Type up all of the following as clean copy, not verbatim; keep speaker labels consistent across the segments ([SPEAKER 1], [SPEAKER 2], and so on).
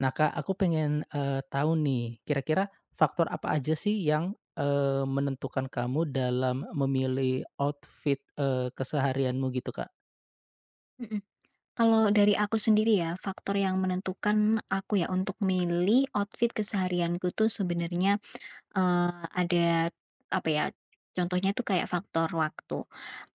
[SPEAKER 1] Nah, Kak, aku pengen, tahu nih, kira-kira faktor apa aja sih yang, menentukan kamu dalam memilih outfit, keseharianmu gitu, Kak?
[SPEAKER 2] Mhm. Kalau dari aku sendiri ya, faktor yang menentukan aku ya untuk milih outfit keseharianku tuh sebenarnya ada apa ya, contohnya tuh kayak faktor waktu.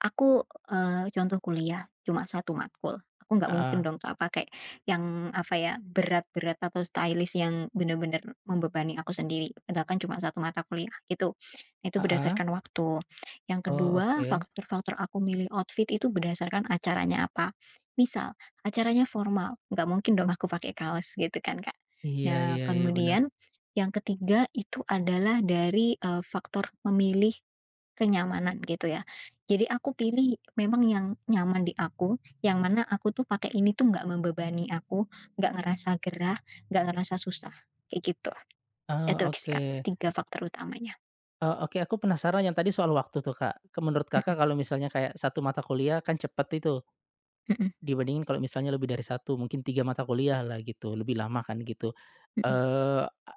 [SPEAKER 2] Aku, contoh kuliah cuma 1 matkul. Aku nggak mungkin
[SPEAKER 1] Ah,
[SPEAKER 2] dong Kak pakai yang apa ya, berat-berat atau stylish yang bener-bener membebani aku sendiri, padahal kan cuma satu mata kuliah gitu. Nah, itu
[SPEAKER 1] ah,
[SPEAKER 2] berdasarkan
[SPEAKER 1] ah.
[SPEAKER 2] waktu. Yang
[SPEAKER 1] Oh,
[SPEAKER 2] kedua,
[SPEAKER 1] oke.
[SPEAKER 2] faktor-faktor aku milih outfit itu berdasarkan acaranya apa. Misal acaranya formal, nggak mungkin dong aku pakai kaos gitu kan, Kak.
[SPEAKER 1] Iya
[SPEAKER 2] Nah,
[SPEAKER 1] iya iya, benar.
[SPEAKER 2] kemudian yang ketiga itu adalah dari, faktor memilih kenyamanan gitu ya. Jadi aku pilih memang yang nyaman di aku, yang mana aku tuh pakai ini tuh nggak membebani aku, nggak ngerasa gerah, nggak ngerasa susah, kayak gitu. Itu
[SPEAKER 1] Oh,
[SPEAKER 2] sih, Kak,
[SPEAKER 1] oke.
[SPEAKER 2] 3 faktor utamanya.
[SPEAKER 1] Oke, aku penasaran yang tadi soal waktu tuh, Kak. Ke menurut
[SPEAKER 2] Mhm,
[SPEAKER 1] Kakak kalau misalnya kayak satu mata kuliah kan cepet itu.
[SPEAKER 2] mhm,
[SPEAKER 1] Dibandingin kalau misalnya lebih dari satu mungkin 3 mata kuliah lah gitu, lebih lama kan gitu.
[SPEAKER 2] mhm.
[SPEAKER 1] Eee, a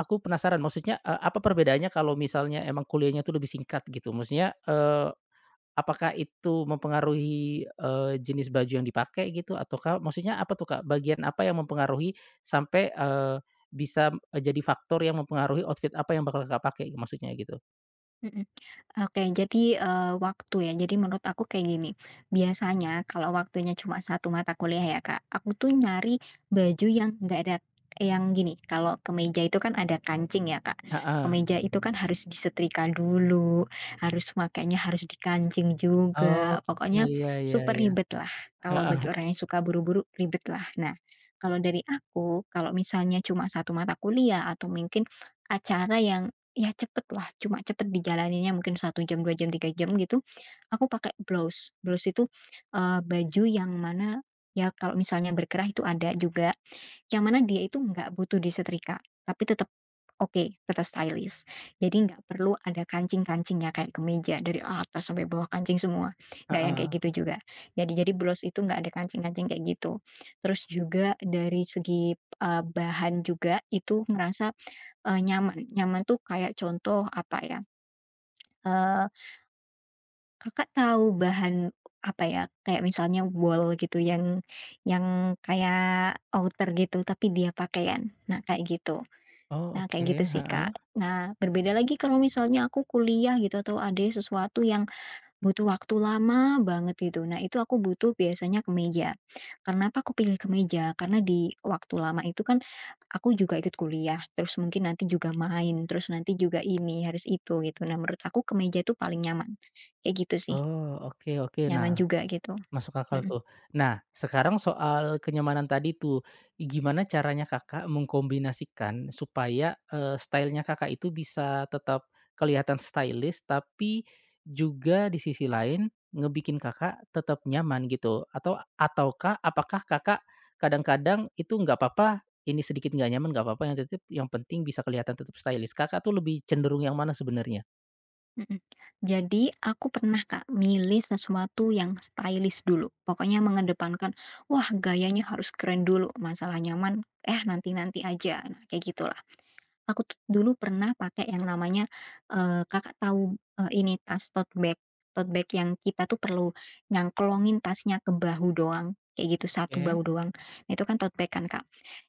[SPEAKER 1] aku penasaran maksudnya, apa perbedaannya kalau misalnya emang kuliahnya tuh lebih singkat gitu? Maksudnya, apakah itu mempengaruhi, jenis baju yang dipakai gitu ataukah maksudnya apa tuh Kak, bagian apa yang mempengaruhi sampai, bisa, jadi faktor yang mempengaruhi outfit apa yang bakal Kakak pakai maksudnya gitu?
[SPEAKER 2] Mhm. Oke, jadi, waktu ya. Jadi menurut aku kayak gini, biasanya kalau waktunya cuma satu mata kuliah ya, Kak, aku tuh nyari baju yang nggak ada yang gini. Kalau kemeja itu kan ada kancing ya, Kak.
[SPEAKER 1] Heeh.
[SPEAKER 2] Kemeja itu kan harus disetrika dulu, harus makainya harus dikancing
[SPEAKER 1] Oh,
[SPEAKER 2] juga, pokoknya
[SPEAKER 1] iya iya
[SPEAKER 2] super
[SPEAKER 1] iya.
[SPEAKER 2] ribet lah. Kalau
[SPEAKER 1] Heeh
[SPEAKER 2] bagi orang yang suka buru-buru, ribet lah. Nah, kalau dari aku, kalau misalnya cuma satu mata kuliah atau mungkin acara yang ya cepet lah, cuma cepet dijalaninnya mungkin 1 jam, 2 jam, 3 jam gitu, aku pakai blouse. Blouse itu, baju yang mana ya kalau misalnya berkerah itu ada juga, yang mana dia itu nggak butuh disetrika, tapi tetap oke, tetap stylish. Jadi nggak perlu ada kancing-kancingnya kayak kemeja dari atas sampai bawah kancing semua, nggak yang kayak
[SPEAKER 1] heeh.
[SPEAKER 2] gitu juga. Jadi blouse itu nggak ada kancing-kancing kayak gitu. Terus juga dari segi, bahan juga itu ngerasa nyaman. Nyaman tuh kayak contoh apa ya, eee, Kakak tahu bahan apa ya, kayak misalnya wol gitu yang kayak outer gitu tapi dia pakaian. Nah, kayak gitu.
[SPEAKER 1] Oh
[SPEAKER 2] Nah,
[SPEAKER 1] oke,
[SPEAKER 2] kayak gitu sih, Kak.
[SPEAKER 1] heeh.
[SPEAKER 2] Nah, berbeda lagi kalau misalnya aku kuliah gitu atau ada sesuatu yang butuh waktu lama banget gitu. Nah, itu aku butuh biasanya kemeja. Kenapa aku pilih kemeja? Karena di waktu lama itu kan aku juga ikut kuliah, terus mungkin nanti juga main, terus nanti juga ini, harus itu gitu. Nah, menurut aku kemeja itu paling nyaman. Kayak gitu sih,
[SPEAKER 1] Oh, oke oke.
[SPEAKER 2] nyaman
[SPEAKER 1] Nah,
[SPEAKER 2] juga gitu.
[SPEAKER 1] masuk akal
[SPEAKER 2] Mhm,
[SPEAKER 1] tuh. Nah, sekarang soal kenyamanan tadi tuh, gimana caranya Kakak mengkombinasikan supaya, stylenya Kakak itu bisa tetap kelihatan stylish, tapi juga di sisi lain ngebikin Kakak tetap nyaman gitu? Atau ataukah apakah Kakak kadang-kadang itu nggak apa-apa, ini sedikit nggak nyaman nggak apa-apa, yang tetep yang penting bisa kelihatan tetap stylish? Kakak tuh lebih cenderung yang mana sebenarnya?
[SPEAKER 2] mhm. Jadi aku pernah, Kak, milih sesuatu yang stylish dulu. Pokoknya mengedepankan, wah gayanya harus keren dulu, masalah nyaman, eh nanti-nanti aja. Nah, kayak gitulah. Aku tuh dulu pernah pakai yang namanya, Kakak tahu, ini tas tote bag. Tote bag yang kita tuh perlu nyangklongin tasnya ke bahu doang, kayak gitu, satu bahu
[SPEAKER 1] Oke.
[SPEAKER 2] doang. Nah, itu kan tote bag kan, Kak.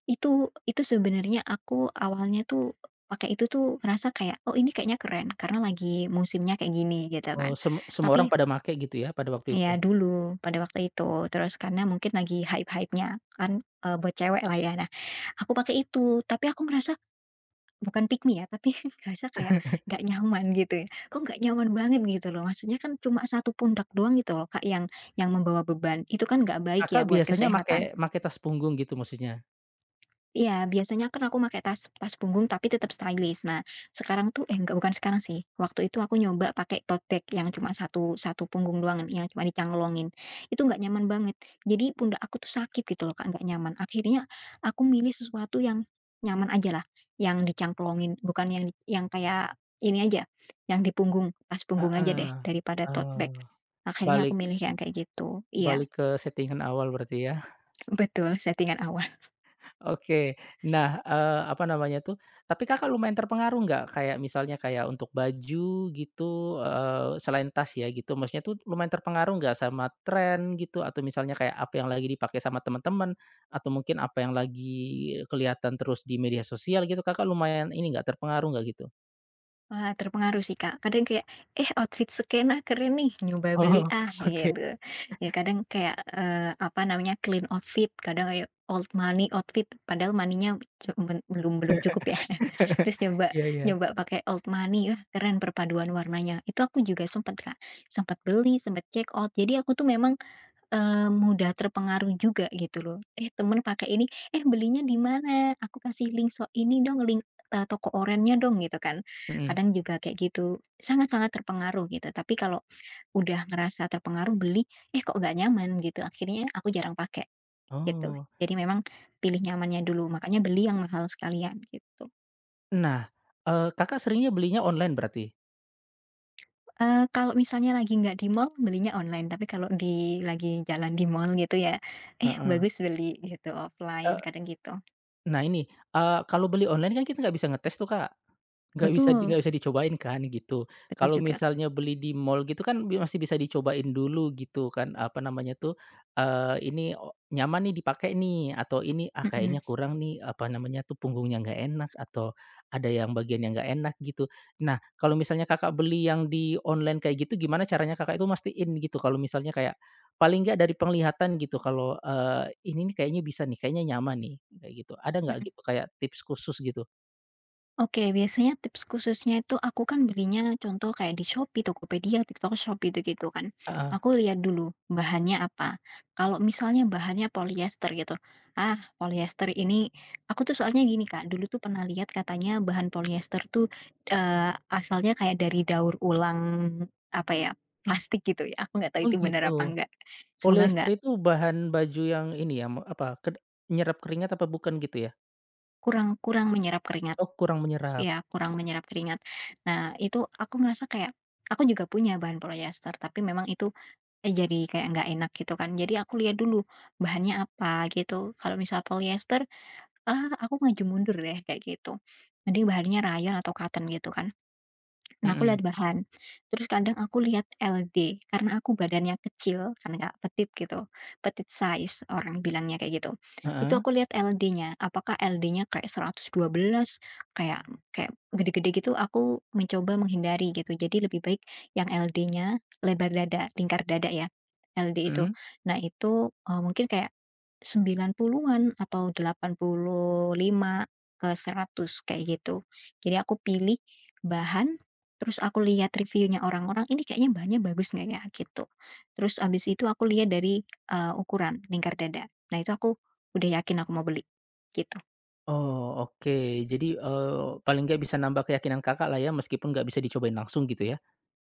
[SPEAKER 2] Itu sebenarnya aku awalnya tuh pakai itu tuh merasa kayak, "Oh, ini kayaknya keren karena lagi musimnya kayak gini," gitu kan.
[SPEAKER 1] Oh, semua orang
[SPEAKER 2] Tapi
[SPEAKER 1] pada make gitu ya pada waktu itu?
[SPEAKER 2] ya dulu, pada waktu itu, terus karena mungkin lagi hype-hype-nya kan, buat cewek lah ya. Nah, aku pakai itu, tapi aku ngerasa bukan pick me ya, tapi ngerasa kayak nggak nyaman gitu ya. Kok nggak nyaman banget gitu loh, maksudnya kan cuma satu pundak doang gitu loh, Kak, yang membawa beban. Itu kan nggak baik ya
[SPEAKER 1] Kakak
[SPEAKER 2] buat
[SPEAKER 1] biasanya make
[SPEAKER 2] kesehatan.
[SPEAKER 1] make tas punggung gitu maksudnya?
[SPEAKER 2] Iya, biasanya kan aku pakai tas tas punggung tapi tetap stylish. Nah, sekarang tuh eh enggak, bukan sekarang sih. Waktu itu aku nyoba pakai tote bag yang cuma satu satu punggung doang yang cuma dicangklongin. Itu nggak nyaman banget. Jadi pundak aku tuh sakit gitu loh, Kak, nggak nyaman. Akhirnya aku milih sesuatu yang nyaman aja lah, yang dicangklongin, bukan yang kayak ini aja, yang di punggung, tas punggung aja
[SPEAKER 1] Heeh,
[SPEAKER 2] deh daripada tote bag.
[SPEAKER 1] oh,
[SPEAKER 2] Akhirnya
[SPEAKER 1] balik
[SPEAKER 2] aku milih yang kayak gitu. Iya,
[SPEAKER 1] balik ke settingan awal berarti ya.
[SPEAKER 2] betul settingan awal.
[SPEAKER 1] Oke, nah, apa namanya tuh, tapi Kakak lumayan terpengaruh nggak kayak misalnya kayak untuk baju gitu, selain tas ya gitu, maksudnya tuh lumayan terpengaruh nggak sama tren gitu atau misalnya kayak apa yang lagi dipakai sama teman-teman atau mungkin apa yang lagi kelihatan terus di media sosial gitu, Kakak lumayan ini nggak, terpengaruh nggak gitu?
[SPEAKER 2] Wah, terpengaruh sih, Kak. Kadang kayak, "Eh, outfit sekena keren nih, nyoba beli
[SPEAKER 1] Oh,
[SPEAKER 2] ah,"
[SPEAKER 1] oke.
[SPEAKER 2] gitu. Ya kadang kayak, apa namanya, clean outfit, kadang kayak old money outfit, padahal maninya cu ben belum belum cukup ya. Terus coba
[SPEAKER 1] Iya iya,
[SPEAKER 2] nyoba pakai old money, "Wah, keren perpaduan warnanya." Itu aku juga sempat, Kak, sempat beli, sempat check out. Jadi aku tuh memang mudah terpengaruh juga gitu loh, "Eh, temen pakai ini, eh, belinya di mana? Aku kasih link so ini dong, link, toko orennya dong," gitu kan.
[SPEAKER 1] mhm.
[SPEAKER 2] Kadang juga kayak gitu, sangat-sangat terpengaruh gitu, tapi kalau udah ngerasa terpengaruh beli, "Eh, kok nggak nyaman," gitu, akhirnya aku jarang pakai, gitu.
[SPEAKER 1] Oh.
[SPEAKER 2] Jadi memang pilih nyamannya dulu, makanya beli yang mahal sekalian gitu.
[SPEAKER 1] Nah, Kakak seringnya belinya online berarti?
[SPEAKER 2] Kalau misalnya lagi nggak di mall, belinya online, tapi kalau di lagi jalan di mall gitu ya, "Eh,
[SPEAKER 1] Heeh.
[SPEAKER 2] bagus beli," gitu, offline,
[SPEAKER 1] Eee,
[SPEAKER 2] kadang gitu.
[SPEAKER 1] nah ini, kalau beli online kan kita nggak bisa ngetes tuh, Kak. Nggak bisa
[SPEAKER 2] Betul.
[SPEAKER 1] nggak bisa dicobain kan, gitu.
[SPEAKER 2] Betul
[SPEAKER 1] Kalau
[SPEAKER 2] juga.
[SPEAKER 1] misalnya beli di mall gitu kan masih bisa dicobain dulu gitu kan, apa namanya tuh, ini nyaman nih dipakai nih, atau ini, ah, kayaknya
[SPEAKER 2] Mhm,
[SPEAKER 1] kurang nih, apa namanya tuh, punggungnya nggak enak, atau ada yang bagian yang nggak enak gitu. Nah, kalau misalnya Kakak beli yang di online kayak gitu, gimana caranya Kakak itu mastiin gitu kalau misalnya kayak paling nggak dari penglihatan gitu kalau, ini nih kayaknya bisa nih, kayaknya nyaman nih, kayak gitu. Ada nggak
[SPEAKER 2] mhm.
[SPEAKER 1] gitu kayak tips khusus gitu?
[SPEAKER 2] Oke, biasanya tips khususnya itu aku kan belinya contoh kayak di Shopee, Tokopedia, TikTok Shop gitu-gitu kan.
[SPEAKER 1] Heeh.
[SPEAKER 2] Aku lihat dulu bahannya apa. Kalau misalnya bahannya polyester gitu, ah, polyester ini aku tuh soalnya gini, Kak, dulu tuh pernah lihat katanya bahan polyester tuh, asalnya kayak dari daur ulang, apa ya, plastik gitu ya, aku nggak tahu
[SPEAKER 1] Oh
[SPEAKER 2] itu benar apa
[SPEAKER 1] gitu.
[SPEAKER 2] enggak. Semoga
[SPEAKER 1] Polyester
[SPEAKER 2] nggak
[SPEAKER 1] itu bahan baju yang ini ya, me apa, ked nyerap keringat apa bukan gitu ya?
[SPEAKER 2] kurang kurang menyerap keringat.
[SPEAKER 1] Oh kurang menyerap.
[SPEAKER 2] Ya kurang menyerap keringat. Nah, itu aku ngerasa kayak aku juga punya bahan polyester, tapi memang itu, jadi kayak nggak enak gitu kan. Jadi aku lihat dulu bahannya apa gitu. Kalau misal polyester, ah, aku maju mundur deh kayak gitu. Mending bahannya rayon atau cotton gitu kan. Nah, aku lihat
[SPEAKER 1] Mhm.
[SPEAKER 2] bahan. Terus kadang aku lihat LD, karena aku badannya kecil, karena nggak petit gitu. Petit size, orang bilangnya kayak gitu. Itu
[SPEAKER 1] Heeh.
[SPEAKER 2] aku lihat LD-nya, apakah LD-nya kayak 112, kayak kayak gede-gede gitu, aku mencoba menghindari gitu. Jadi lebih baik yang LD-nya lebar dada, lingkar dada ya, LD itu.
[SPEAKER 1] Mhm.
[SPEAKER 2] Nah, itu mungkin kayak 90-an atau 85 ke 100 kayak gitu. Jadi aku pilih bahan, terus aku lihat reviewnya orang-orang, "Ini kayaknya bahannya bagus nggak ya?" Gitu. Terus abis itu aku lihat dari, ukuran lingkar dada. Nah, itu aku udah yakin aku mau beli, gitu.
[SPEAKER 1] Oh oke. Jadi, paling nggak bisa nambah keyakinan Kakak lah ya meskipun nggak bisa dicobain langsung gitu ya?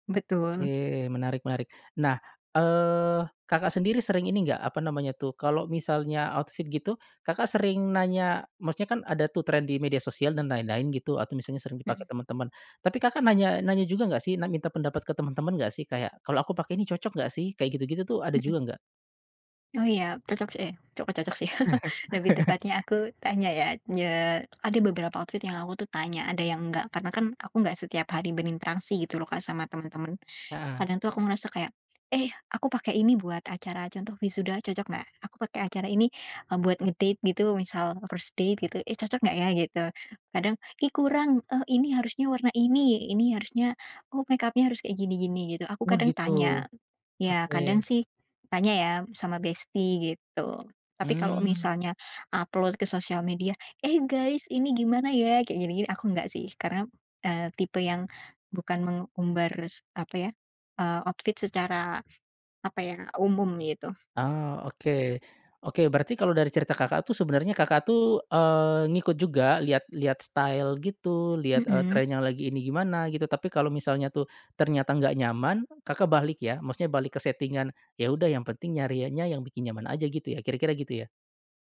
[SPEAKER 2] Betul.
[SPEAKER 1] Oke, menarik menarik. Nah, Kakak sendiri sering ini nggak, apa namanya tuh, kalau misalnya outfit gitu, Kakak sering nanya maksudnya kan ada tuh tren di media sosial dan lain-lain gitu, atau misalnya sering dipakai
[SPEAKER 2] Mhm,
[SPEAKER 1] teman-teman. Tapi Kakak nanya nanya juga nggak sih, minta pendapat ke teman-teman nggak sih? Kayak, "Kalau aku pakai ini cocok nggak sih?" Kayak gitu-gitu tuh ada
[SPEAKER 2] mhm.
[SPEAKER 1] juga nggak?
[SPEAKER 2] Oh iya cocok sih eh bukan cocok sih, lebih tepatnya aku tanya ya, ya ada beberapa outfit yang aku tuh tanya, ada yang enggak, karena kan aku enggak setiap hari berinteraksi gitu loh, Kak, sama teman-teman.
[SPEAKER 1] Heeh.
[SPEAKER 2] Kadang tuh aku ngerasa kayak, "Eh, aku pakai ini buat acara contoh wisuda cocok nggak? Aku pakai acara ini, buat ngedate gitu misal first date gitu, eh cocok nggak ya?" Gitu. Kadang, "Ih kurang, ini harusnya warna ini harusnya oh make upnya harus kayak gini-gini," gitu. Aku
[SPEAKER 1] Oh
[SPEAKER 2] kadang
[SPEAKER 1] gitu,
[SPEAKER 2] tanya. Ya
[SPEAKER 1] oke.
[SPEAKER 2] kadang sih tanya ya sama bestie gitu. Tapi kalau
[SPEAKER 1] Mmm.
[SPEAKER 2] misalnya upload ke sosial media, "Eh guys ini gimana ya?" Kayak gini-gini, aku nggak sih. Karena, tipe yang bukan mengumbar apa ya outfit secara apa ya, umum gitu.
[SPEAKER 1] Oh, oke. Oke, berarti kalau dari cerita Kakak tuh sebenarnya Kakak tuh, ngikut juga lihat lihat style gitu, lihat,
[SPEAKER 2] Mhm,
[SPEAKER 1] tren yang lagi ini gimana gitu, tapi kalau misalnya tuh ternyata nggak nyaman, Kakak balik ya? Maksudnya balik ke settingan, ya udah yang penting nyarinya yang bikin nyaman aja gitu ya, kira-kira gitu ya?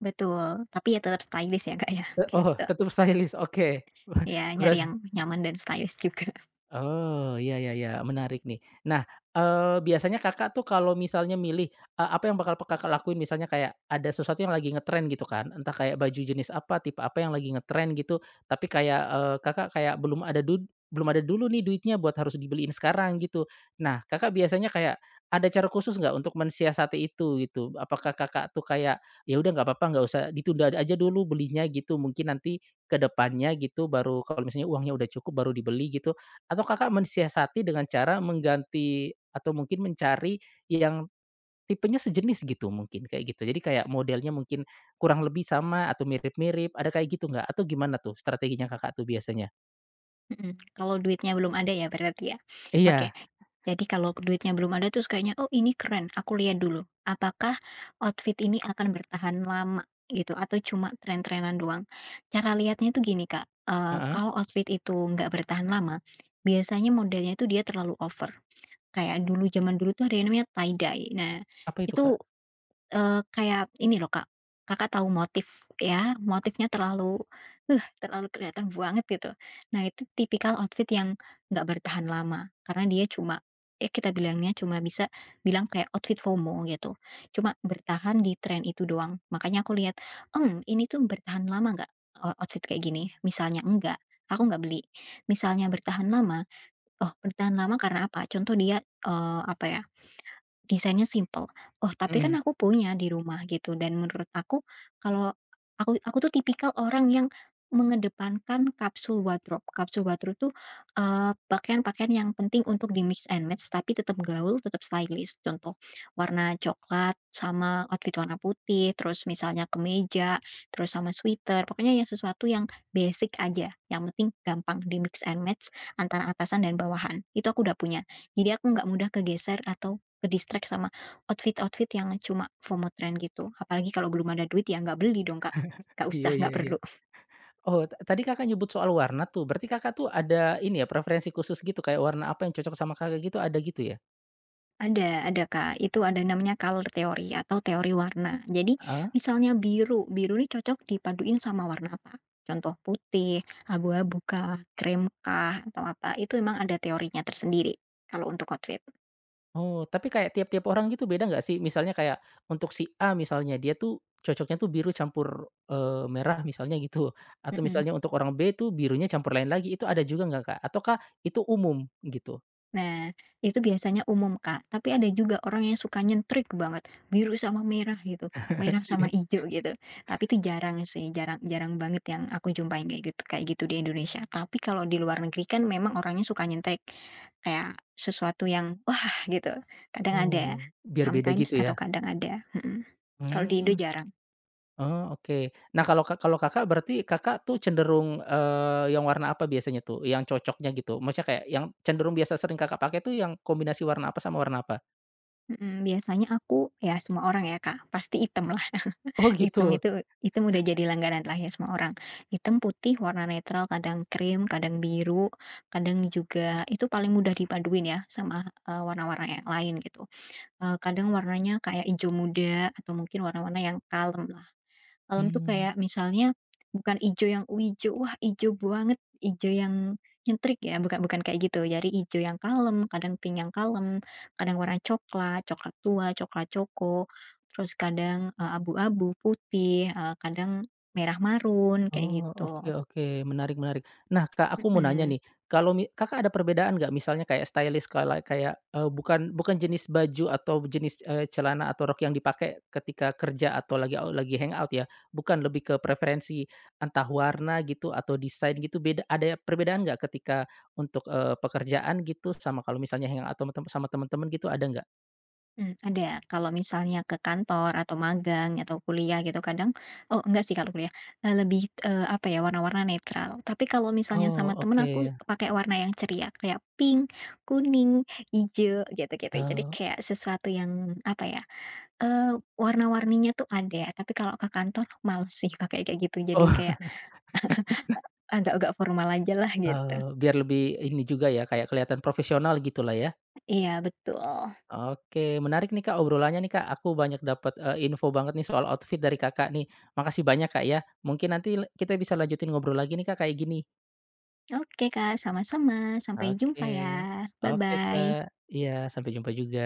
[SPEAKER 2] betul. Tapi ya tetap stylish ya, Kak, ya,
[SPEAKER 1] Oh,
[SPEAKER 2] gitu.
[SPEAKER 1] tetap stylish, oke. Wah,
[SPEAKER 2] Ya nyari
[SPEAKER 1] berat
[SPEAKER 2] yang nyaman dan stylish juga.
[SPEAKER 1] oh, iya iya iya, menarik nih. Nah, biasanya Kakak tuh kalau misalnya milih, apa yang bakal Kakak lakuin? Misalnya kayak ada sesuatu yang lagi ngetren gitu kan, entah kayak baju jenis apa, tipe apa yang lagi ngetren gitu, tapi kayak, Kakak kayak belum ada dulu nih duitnya buat harus dibeliin sekarang gitu. Nah, Kakak biasanya kayak ada cara khusus nggak untuk mensiasati itu gitu? Apakah Kakak tuh kayak, "Ya udah nggak apa-apa, nggak usah ditunda aja dulu belinya," gitu, mungkin nanti ke depannya gitu baru kalau misalnya uangnya udah cukup baru dibeli gitu, atau Kakak mensiasati dengan cara mengganti atau mungkin mencari yang tipenya sejenis gitu mungkin, kayak gitu. Jadi kayak modelnya mungkin kurang lebih sama atau mirip-mirip, ada kayak gitu nggak? Atau gimana tuh strateginya Kakak tuh biasanya?
[SPEAKER 2] Mhm. Kalau duitnya belum ada ya berarti ya? Oke,
[SPEAKER 1] Iya,
[SPEAKER 2] jadi kalau duitnya belum ada terus kayaknya, "Oh ini keren, aku lihat dulu. Apakah outfit ini akan bertahan lama?" Gitu, atau cuma tren-trenan doang. Cara lihatnya tuh gini, Kak,
[SPEAKER 1] heeh.
[SPEAKER 2] kalau outfit itu nggak bertahan lama, biasanya modelnya itu dia terlalu over. Kayak dulu zaman dulu tuh ada yang namanya tie dye. Nah,
[SPEAKER 1] Apa itu, Kak?
[SPEAKER 2] itu, kayak ini loh, Kak, Kakak tahu motif ya, motifnya terlalu, terlalu kelihatan banget gitu. Nah, itu tipikal outfit yang nggak bertahan lama, karena dia cuma ya kita bilangnya cuma bisa bilang kayak outfit FOMO gitu, cuma bertahan di tren itu doang. Makanya aku lihat, ini tuh bertahan lama nggak, outfit kayak gini? Misalnya enggak, aku nggak beli. Misalnya bertahan lama oh, bertahan lama karena apa? Contoh dia, apa ya, desainnya simple. Oh, tapi kan
[SPEAKER 1] Mhm.
[SPEAKER 2] aku punya di rumah gitu dan menurut aku kalau aku tuh tipikal orang yang mengedepankan kapsul wardrobe. Kapsul wardrobe tuh, pakaian-pakaian yang penting untuk di mix and match tapi tetap gaul, tetap stylish. Contoh warna coklat sama outfit warna putih, terus misalnya kemeja, terus sama sweater, pokoknya yang sesuatu yang basic aja, yang penting gampang di mix and match antara atasan dan bawahan. Itu aku udah punya. Jadi aku nggak mudah kegeser atau ke-distract sama outfit-outfit yang cuma FOMO trend gitu. Apalagi kalau belum ada duit ya nggak beli dong, Kak. Nggak
[SPEAKER 1] Iya
[SPEAKER 2] usah,
[SPEAKER 1] iya
[SPEAKER 2] nggak
[SPEAKER 1] iya.
[SPEAKER 2] perlu.
[SPEAKER 1] Oh, tadi Kakak nyebut soal warna tuh, berarti Kakak tuh ada ini ya, preferensi khusus gitu, kayak warna apa yang cocok sama Kakak gitu, ada gitu ya?
[SPEAKER 2] Ada, Kak. Itu ada namanya color theory atau teori warna. Jadi misalnya biru, biru ini cocok dipaduin sama warna apa? Contoh putih, abu-abu kah, krem kah, atau apa, itu emang ada teorinya tersendiri kalau untuk outfit.
[SPEAKER 1] Oh, tapi kayak tiap-tiap orang gitu beda nggak sih? Misalnya kayak untuk si A misalnya dia tuh cocoknya tuh biru campur, merah misalnya gitu, atau
[SPEAKER 2] Mhm.
[SPEAKER 1] misalnya untuk orang B tuh birunya campur lain lagi, itu ada juga nggak, Kak? Ataukah itu umum gitu?
[SPEAKER 2] Nah, itu biasanya umum, Kak, tapi ada juga orang yang suka nyentrik banget, biru sama merah gitu, merah
[SPEAKER 1] Iya.
[SPEAKER 2] sama hijau gitu. Tapi itu jarang sih, jarang jarang banget yang aku jumpain kayak gitu di Indonesia. Tapi kalau di luar negeri kan memang orangnya suka nyentrik, kayak sesuatu yang, wah gitu, kadang ada,
[SPEAKER 1] Oh, biar beda
[SPEAKER 2] sometimes
[SPEAKER 1] gitu ya?
[SPEAKER 2] atau kadang ada, mhm. Kalau di Indo
[SPEAKER 1] Mmm,
[SPEAKER 2] jarang,
[SPEAKER 1] oh oke. Nah kalau kalau Kakak berarti Kakak tuh cenderung, yang warna apa biasanya tuh yang cocoknya gitu? Maksudnya kayak yang cenderung biasa sering Kakak pakai tuh yang kombinasi warna apa sama warna apa?
[SPEAKER 2] mhm, biasanya aku ya semua orang ya, Kak, pasti hitam lah.
[SPEAKER 1] Oh
[SPEAKER 2] Hitam
[SPEAKER 1] gitu?
[SPEAKER 2] itu hitam udah jadi langganan lah ya semua orang. Hitam, putih, warna netral, kadang krim, kadang biru, kadang juga itu paling mudah dipaduin ya sama, warna-warna yang lain gitu. Kadang warnanya kayak hijau muda atau mungkin warna-warna yang kalem. Alam tuh
[SPEAKER 1] Mmm.
[SPEAKER 2] kayak misalnya bukan ijo yang wijo, wah ijo banget, ijo yang nyentrik ya, bukan bukan kayak gitu. Jadi ijo yang kalem, kadang pink yang kalem, kadang warna coklat, coklat tua, coklat coko, terus kadang, abu-abu, putih, kadang merah marun kayak
[SPEAKER 1] Oh, oke
[SPEAKER 2] gitu.
[SPEAKER 1] oke, menarik menarik. Nah, Kak, aku mau nanya
[SPEAKER 2] Mhm.
[SPEAKER 1] nih, kalau Kakak ada perbedaan nggak misalnya kayak stylist kalau kayak, bukan bukan jenis baju atau jenis, celana atau rok yang dipakai ketika kerja atau lagi lagi hangout ya, bukan, lebih ke preferensi entah warna gitu atau desain gitu, beda ada perbedaan nggak ketika untuk, pekerjaan gitu sama kalau misalnya hangout atau sama teman-teman gitu, ada nggak?
[SPEAKER 2] Ada. Kalau misalnya ke kantor atau magang atau kuliah gitu kadang oh enggak sih kalau kuliah, lebih, apa ya, warna-warna netral. Tapi kalau misalnya
[SPEAKER 1] Oh,
[SPEAKER 2] sama temen
[SPEAKER 1] oke.
[SPEAKER 2] aku pakai warna yang ceria kayak pink, kuning, hijau, gitu-gitu. Jadi
[SPEAKER 1] Eee,
[SPEAKER 2] kayak sesuatu yang apa ya, warna-warninya tuh ada. Tapi kalau ke kantor males sih pakai kayak gitu. Jadi
[SPEAKER 1] oh,
[SPEAKER 2] kayak agak-agak formal aja lah gitu.
[SPEAKER 1] biar lebih ini juga ya, kayak kelihatan profesional gitulah ya?
[SPEAKER 2] Iya betul.
[SPEAKER 1] Oke, menarik nih Kak obrolannya nih Kak. Aku banyak dapat, info banget nih soal outfit dari Kakak nih. Makasih banyak Kak ya. Mungkin nanti kita bisa lanjutin ngobrol lagi nih Kak kayak gini.
[SPEAKER 2] Oke Kak, sama-sama. Sampai
[SPEAKER 1] Oke.
[SPEAKER 2] jumpa ya.
[SPEAKER 1] Oke Kak.
[SPEAKER 2] Bye-bye.
[SPEAKER 1] Iya, sampai jumpa juga.